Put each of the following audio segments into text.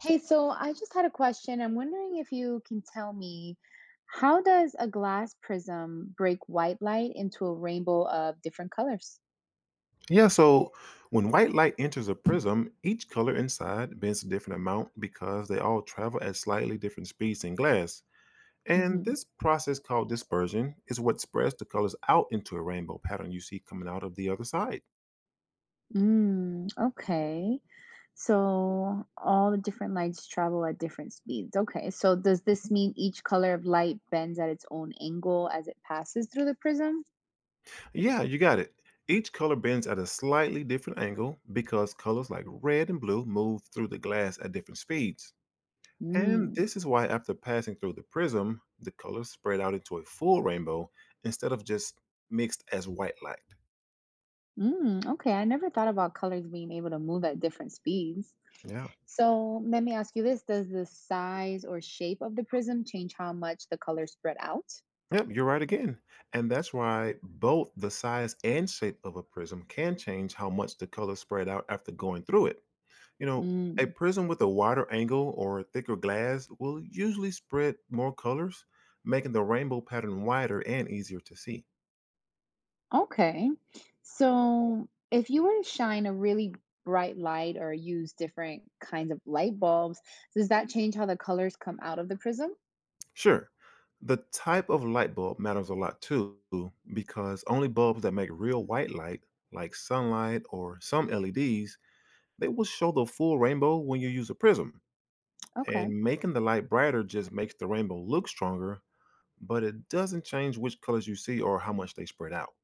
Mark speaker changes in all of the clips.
Speaker 1: Hey, so I just had a question. I'm wondering if you can tell me how does a glass prism break white light into a rainbow of different colors?
Speaker 2: Yeah, so when white light enters a prism, each color inside bends a different amount because they all travel at slightly different speeds in glass. And
Speaker 1: hmm
Speaker 2: this process called dispersion is what spreads the colors out into a rainbow pattern you see coming out of the other side.
Speaker 1: Mm, okay. So all the different lights travel at different speeds. Okay. So does this mean each color of light bends at its own angle as it passes through the prism?
Speaker 2: Yeah, you got it. Each color bends at a slightly different angle because colors like red and blue move through the glass at different speeds. And
Speaker 1: Mm,
Speaker 2: this is why, after passing through the prism, the colors spread out into a full rainbow instead of just mixed as white light.
Speaker 1: Mm, okay, I never thought about colors being able to move at different speeds.
Speaker 2: Yeah.
Speaker 1: So let me ask you this: does the size or shape of the prism change how much the colors spread out?
Speaker 2: Yep, you're right again. And that's why both the size and shape of a prism can change how much the colors spread out after going through it. You know, a
Speaker 1: Mm,
Speaker 2: prism with a wider angle or thicker glass will usually spread more colors, making the rainbow pattern wider and easier to see.
Speaker 1: okay. So if you were to shine a really bright light or use different kinds of light bulbs, does that change how the colors come out of the prism?
Speaker 2: Sure. The type of light bulb matters a lot too, because only bulbs that make real white light, like sunlight or some LEDs, they will show the full rainbow when you use a prism.
Speaker 1: Okay.
Speaker 2: And making the light brighter just makes the rainbow look stronger, but it doesn't change which colors you see or how much they spread out.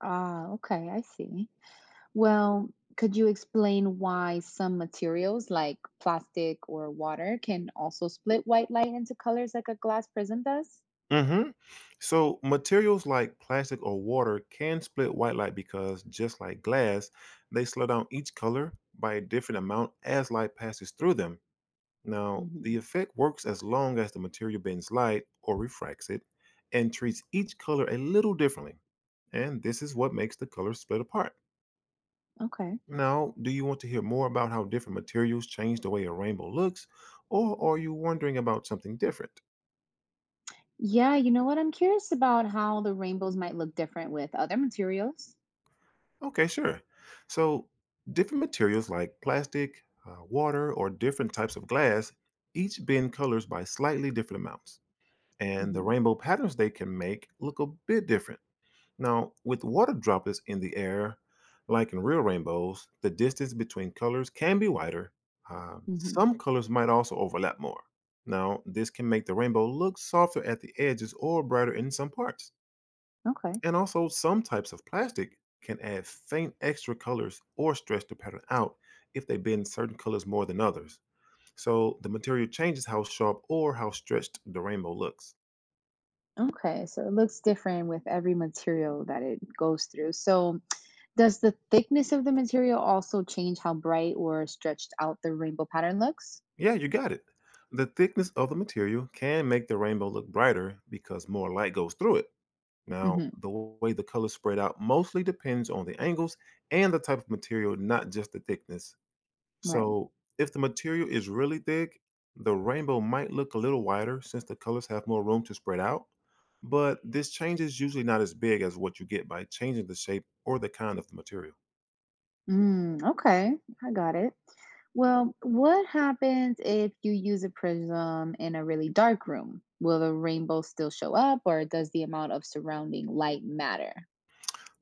Speaker 1: Ah, okay, I see. Well, could you explain why some materials like plastic or water can also split white light into colors like a glass prism does?
Speaker 2: Hmm. So, materials like plastic or water can split white light because, just like glass, they slow down each color by a different amount as light passes through them. Now, the
Speaker 1: hmm
Speaker 2: effect works as long as the material bends light or refracts it and treats each color a little differently. And this is what makes the colors split apart.
Speaker 1: Okay.
Speaker 2: Now, do you want to hear more about how different materials change the way a rainbow looks, or are you wondering about something different?
Speaker 1: Yeah, you know what? I'm curious about how the rainbows might look different with other materials.
Speaker 2: Okay, sure. So, different materials like plastic, water, or different types of glass each bend colors by slightly different amounts, and the
Speaker 1: hmm
Speaker 2: rainbow patterns they can make look a bit different. Now, with water droplets in the air, like in real rainbows, the distance between colors can be wider.
Speaker 1: hmm
Speaker 2: Some colors might also overlap more. Now, this can make the rainbow look softer at the edges or brighter in some parts.
Speaker 1: Okay.
Speaker 2: And also, some types of plastic can add faint extra colors or stretch the pattern out if they bend certain colors more than others. So, the material changes how sharp or how stretched the rainbow looks.
Speaker 1: Okay, so it looks different with every material that it goes through. So, does the thickness of the material also change how bright or stretched out the rainbow pattern looks?
Speaker 2: Yeah, you got it. The thickness of the material can make the rainbow look brighter because more light goes through it. Now,
Speaker 1: hmm
Speaker 2: the way the colors spread out mostly depends on the angles and the type of material, not just the thickness.
Speaker 1: Right.
Speaker 2: So, if the material is really thick, the rainbow might look a little wider since the colors have more room to spread out. But this change is usually not as big as what you get by changing the shape or the kind of the material.
Speaker 1: Mm, okay, I got it. Well, what happens if you use a prism in a really dark room? Will the rainbow still show up, or does the amount of surrounding light matter?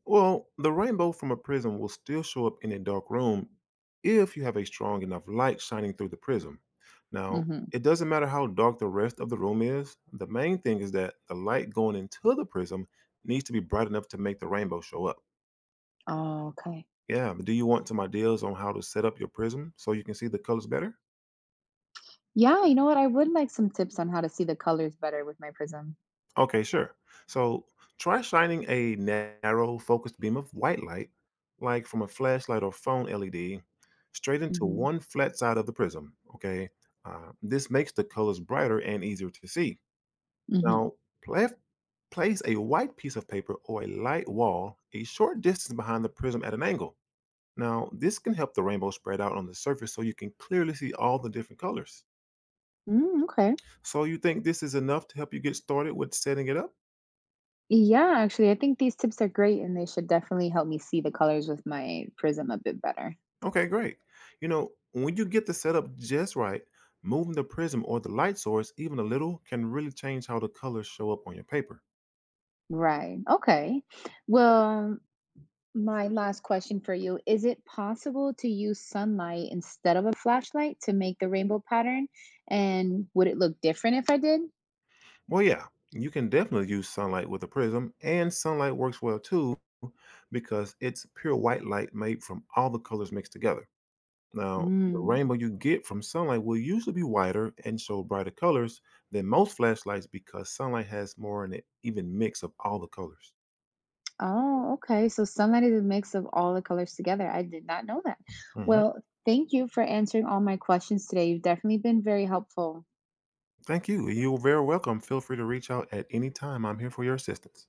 Speaker 2: Well, the rainbow from a prism will still show up in a dark room if you have a strong enough light shining through the prism. Now,
Speaker 1: Mm-hmm.
Speaker 2: it doesn't matter how dark the rest of the room is, the main thing is that the light going into the prism needs to be bright enough to make the rainbow show up.
Speaker 1: Oh, okay.
Speaker 2: Yeah, but do you want some ideas on how to set up your prism so you can see the colors better?
Speaker 1: Yeah, you know what? I would like some tips on how to see the colors better with my prism.
Speaker 2: Okay, sure. So try shining a narrow, focused beam of white light, like from a flashlight or phone LED, straight into
Speaker 1: Mm-hmm.
Speaker 2: one flat side of the prism. Okay, this makes the colors brighter and easier to see.
Speaker 1: Mm-hmm.
Speaker 2: Now, pla place a white piece of paper or a light wall a short distance behind the prism at an angle. Now, this can help the rainbow spread out on the surface so you can clearly see all the different colors.
Speaker 1: Mm, okay.
Speaker 2: So, you think this is enough to help you get started with setting it up?
Speaker 1: Yeah, actually, I think these tips are great and they should definitely help me see the colors with my prism a bit better.
Speaker 2: Okay, great. You know, when you get the setup just right, moving the prism or the light source even a little can really change how the colors show up on your paper.
Speaker 1: Right. Okay. Well, my last question for you. Is it possible to use sunlight instead of a flashlight to make the rainbow pattern? And would it look different if I did?
Speaker 2: Well, yeah, you can definitely use sunlight with a prism, and sunlight works well too because it's pure white light made from all the colors mixed together. Now, the
Speaker 1: Mm.
Speaker 2: rainbow you get from sunlight will usually be wider and show brighter colors than most flashlights because sunlight has more in it, even mix of all the colors.
Speaker 1: Oh, okay. So sunlight is a mix of all the colors together. I did not know that.
Speaker 2: Mhm.
Speaker 1: Well, thank you for answering all my questions today. You've definitely been very helpful.
Speaker 2: Thank you. You're very welcome. Feel free to reach out at any time. I'm here for your assistance.